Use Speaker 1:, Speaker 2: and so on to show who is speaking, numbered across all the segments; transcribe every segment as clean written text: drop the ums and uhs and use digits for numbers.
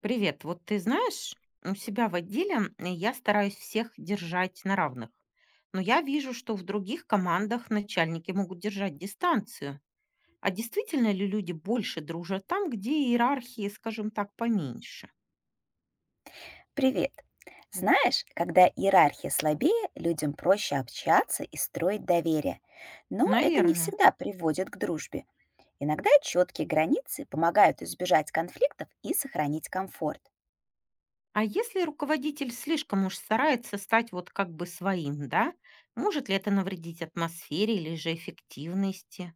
Speaker 1: Привет. Вот ты знаешь, у себя в отделе я стараюсь всех держать на равных. Но я вижу, что в других командах начальники могут держать дистанцию. А действительно ли люди больше дружат там, где иерархии, скажем так, поменьше?
Speaker 2: Привет. Знаешь, когда иерархия слабее, людям проще общаться и строить доверие. Но это не
Speaker 1: Наверное.
Speaker 2: всегда приводит к дружбе. Иногда четкие границы помогают избежать конфликтов и сохранить комфорт.
Speaker 1: А если руководитель слишком уж старается стать вот как бы своим, да? Может ли это навредить атмосфере или же эффективности?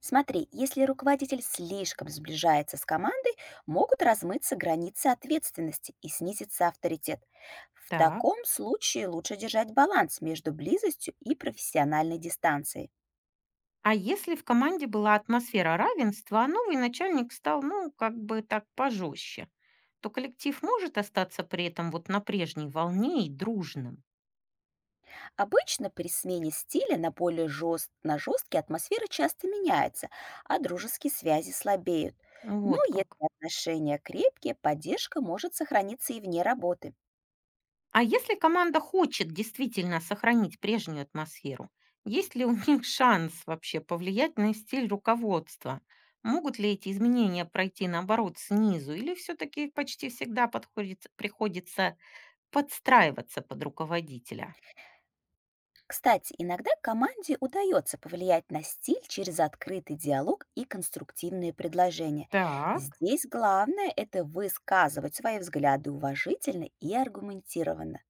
Speaker 2: Смотри, если руководитель слишком сближается с командой, могут размыться границы ответственности и снизится авторитет. В
Speaker 1: Так.
Speaker 2: таком случае лучше держать баланс между близостью и профессиональной дистанцией.
Speaker 1: А если в команде была атмосфера равенства, а новый начальник стал, ну, как бы так пожестче, то коллектив может остаться при этом вот на прежней волне и дружным.
Speaker 2: Обычно при смене стиля на на жесткие атмосфера часто меняется, а дружеские связи слабеют. Но
Speaker 1: Вот
Speaker 2: если
Speaker 1: как.
Speaker 2: отношения крепкие, поддержка может сохраниться и вне работы.
Speaker 1: А если команда хочет действительно сохранить прежнюю атмосферу, есть ли у них шанс вообще повлиять на стиль руководства? Могут ли эти изменения пройти наоборот снизу? Или все-таки почти всегда приходится подстраиваться под руководителя?
Speaker 2: Кстати, иногда команде удается повлиять на стиль через открытый диалог и конструктивные предложения.
Speaker 1: Так.
Speaker 2: Здесь главное — это высказывать свои взгляды уважительно и аргументированно.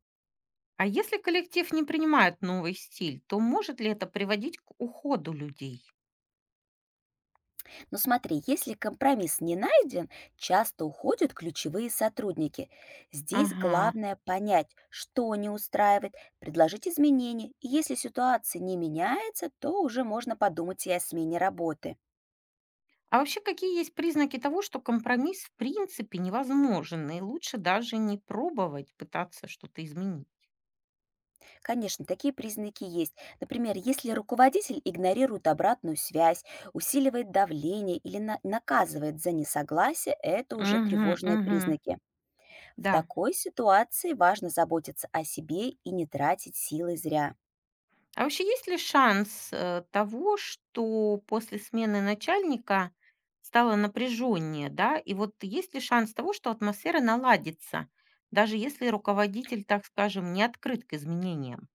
Speaker 1: А если коллектив не принимает новый стиль, то может ли это приводить к уходу людей?
Speaker 2: Но смотри, если компромисс не найден, часто уходят ключевые сотрудники. Здесь
Speaker 1: Ага.
Speaker 2: главное понять, что не устраивает, предложить изменения. И если ситуация не меняется, то уже можно подумать и о смене работы.
Speaker 1: А вообще, какие есть признаки того, что компромисс в принципе невозможен, и лучше даже не пробовать пытаться что-то изменить?
Speaker 2: Конечно, такие признаки есть. Например, если руководитель игнорирует обратную связь, усиливает давление или наказывает за несогласие, это уже
Speaker 1: Угу,
Speaker 2: тревожные
Speaker 1: угу,
Speaker 2: признаки. В
Speaker 1: да.
Speaker 2: такой ситуации важно заботиться о себе и не тратить силы зря.
Speaker 1: А вообще, есть ли шанс того, что после смены начальника стало напряженнее, да? И вот есть ли шанс того, что атмосфера наладится, даже если руководитель, так скажем, не открыт к изменениям?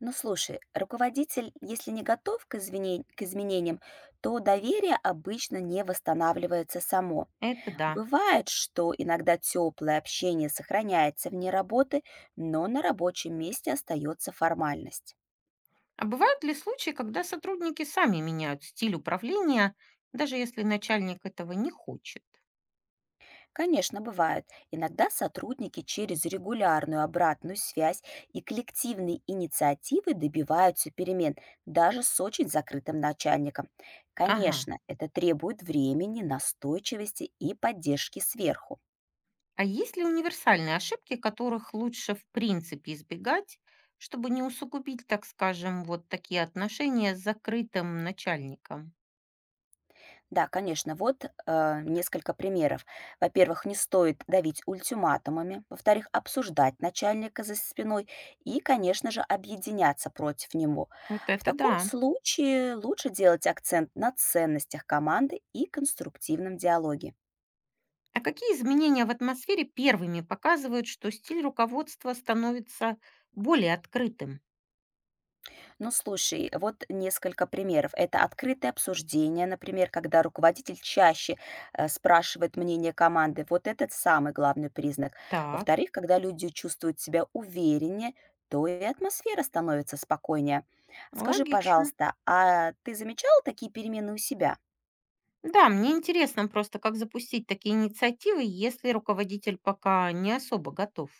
Speaker 2: Ну слушай, руководитель, если не готов к изменениям, то доверие обычно не восстанавливается само.
Speaker 1: Это да.
Speaker 2: Бывает, что иногда теплое общение сохраняется вне работы, но на рабочем месте остается формальность.
Speaker 1: А бывают ли случаи, когда сотрудники сами меняют стиль управления, даже если начальник этого не хочет?
Speaker 2: Конечно, бывают. Иногда сотрудники через регулярную обратную связь и коллективные инициативы добиваются перемен, даже с очень закрытым начальником.
Speaker 1: Ага.
Speaker 2: Конечно, это требует времени, настойчивости и поддержки сверху.
Speaker 1: А есть ли универсальные ошибки, которых лучше в принципе избегать, чтобы не усугубить, так скажем, вот такие отношения с закрытым начальником?
Speaker 2: Да, конечно, вот несколько примеров. Во-первых, не стоит давить ультиматумами. Во-вторых, обсуждать начальника за спиной и, конечно же, объединяться против него.
Speaker 1: Вот
Speaker 2: В
Speaker 1: это
Speaker 2: таком
Speaker 1: да.
Speaker 2: случае лучше делать акцент на ценностях команды и конструктивном диалоге.
Speaker 1: А какие изменения в атмосфере первыми показывают, что стиль руководства становится более открытым?
Speaker 2: Ну, слушай, вот несколько примеров. Это открытое обсуждение, например, когда руководитель чаще спрашивает мнение команды. Вот этот самый главный признак.
Speaker 1: Так,
Speaker 2: Во-вторых, когда люди чувствуют себя увереннее, то и атмосфера становится спокойнее. Скажи,
Speaker 1: логично.
Speaker 2: пожалуйста, а ты замечал такие перемены у себя?
Speaker 1: Да, мне интересно просто, как запустить такие инициативы, если руководитель пока не особо готов.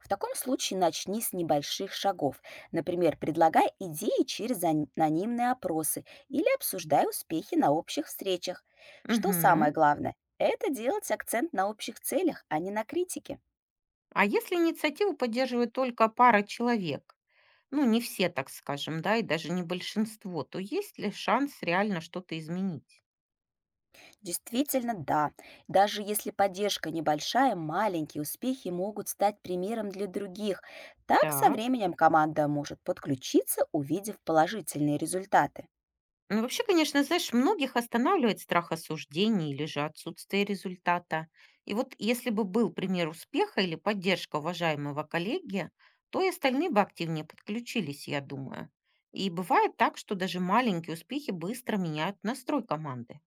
Speaker 2: В таком случае начни с небольших шагов. Например, предлагай идеи через анонимные опросы или обсуждай успехи на общих встречах. Что самое
Speaker 1: Мгм.
Speaker 2: главное? Это делать акцент на общих целях, а не на критике.
Speaker 1: А если инициативу поддерживает только пара человек, ну не все, так скажем, да, и даже не большинство, то есть ли шанс реально что-то изменить?
Speaker 2: Действительно, да. Даже если поддержка небольшая, маленькие успехи могут стать примером для других. Так со
Speaker 1: Так.
Speaker 2: временем команда может подключиться, увидев положительные результаты.
Speaker 1: Ну, вообще, конечно, знаешь, многих останавливает страх осуждения или же отсутствие результата. И вот если бы был пример успеха или поддержка уважаемого коллеги, то и остальные бы активнее подключились, я думаю. И бывает так, что даже маленькие успехи быстро меняют настрой команды.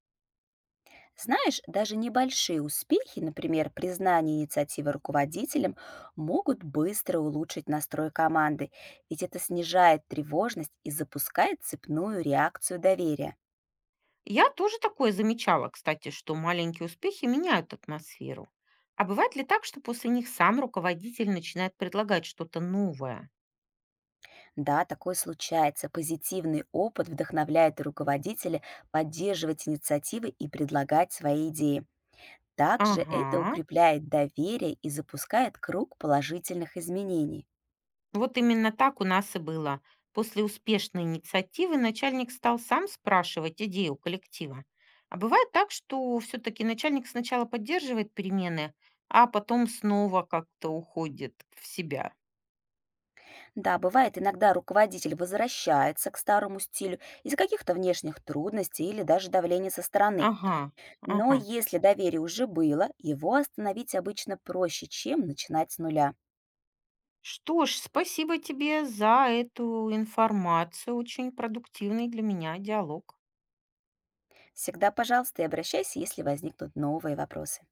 Speaker 2: Знаешь, даже небольшие успехи, например, признание инициативы руководителем, могут быстро улучшить настрой команды, ведь это снижает тревожность и запускает цепную реакцию доверия.
Speaker 1: Я тоже такое замечала, кстати, что маленькие успехи меняют атмосферу. А бывает ли так, что после них сам руководитель начинает предлагать что-то новое?
Speaker 2: Да, такое случается. Позитивный опыт вдохновляет руководителя поддерживать инициативы и предлагать свои идеи. Также это
Speaker 1: Ага,
Speaker 2: укрепляет доверие и запускает круг положительных изменений.
Speaker 1: вот именно так у нас и было. После успешной инициативы начальник стал сам спрашивать идею коллектива. А бывает так, что все-таки начальник сначала поддерживает перемены, а потом снова как-то уходит в себя.
Speaker 2: Да, бывает, иногда руководитель возвращается к старому стилю из-за каких-то внешних трудностей или даже давления со стороны.
Speaker 1: Ага,
Speaker 2: Но
Speaker 1: ага.
Speaker 2: если доверие уже было, его остановить обычно проще, чем начинать с нуля.
Speaker 1: Что ж, спасибо тебе за эту информацию. Очень продуктивный для меня диалог.
Speaker 2: Всегда, пожалуйста, и обращайся, если возникнут новые вопросы.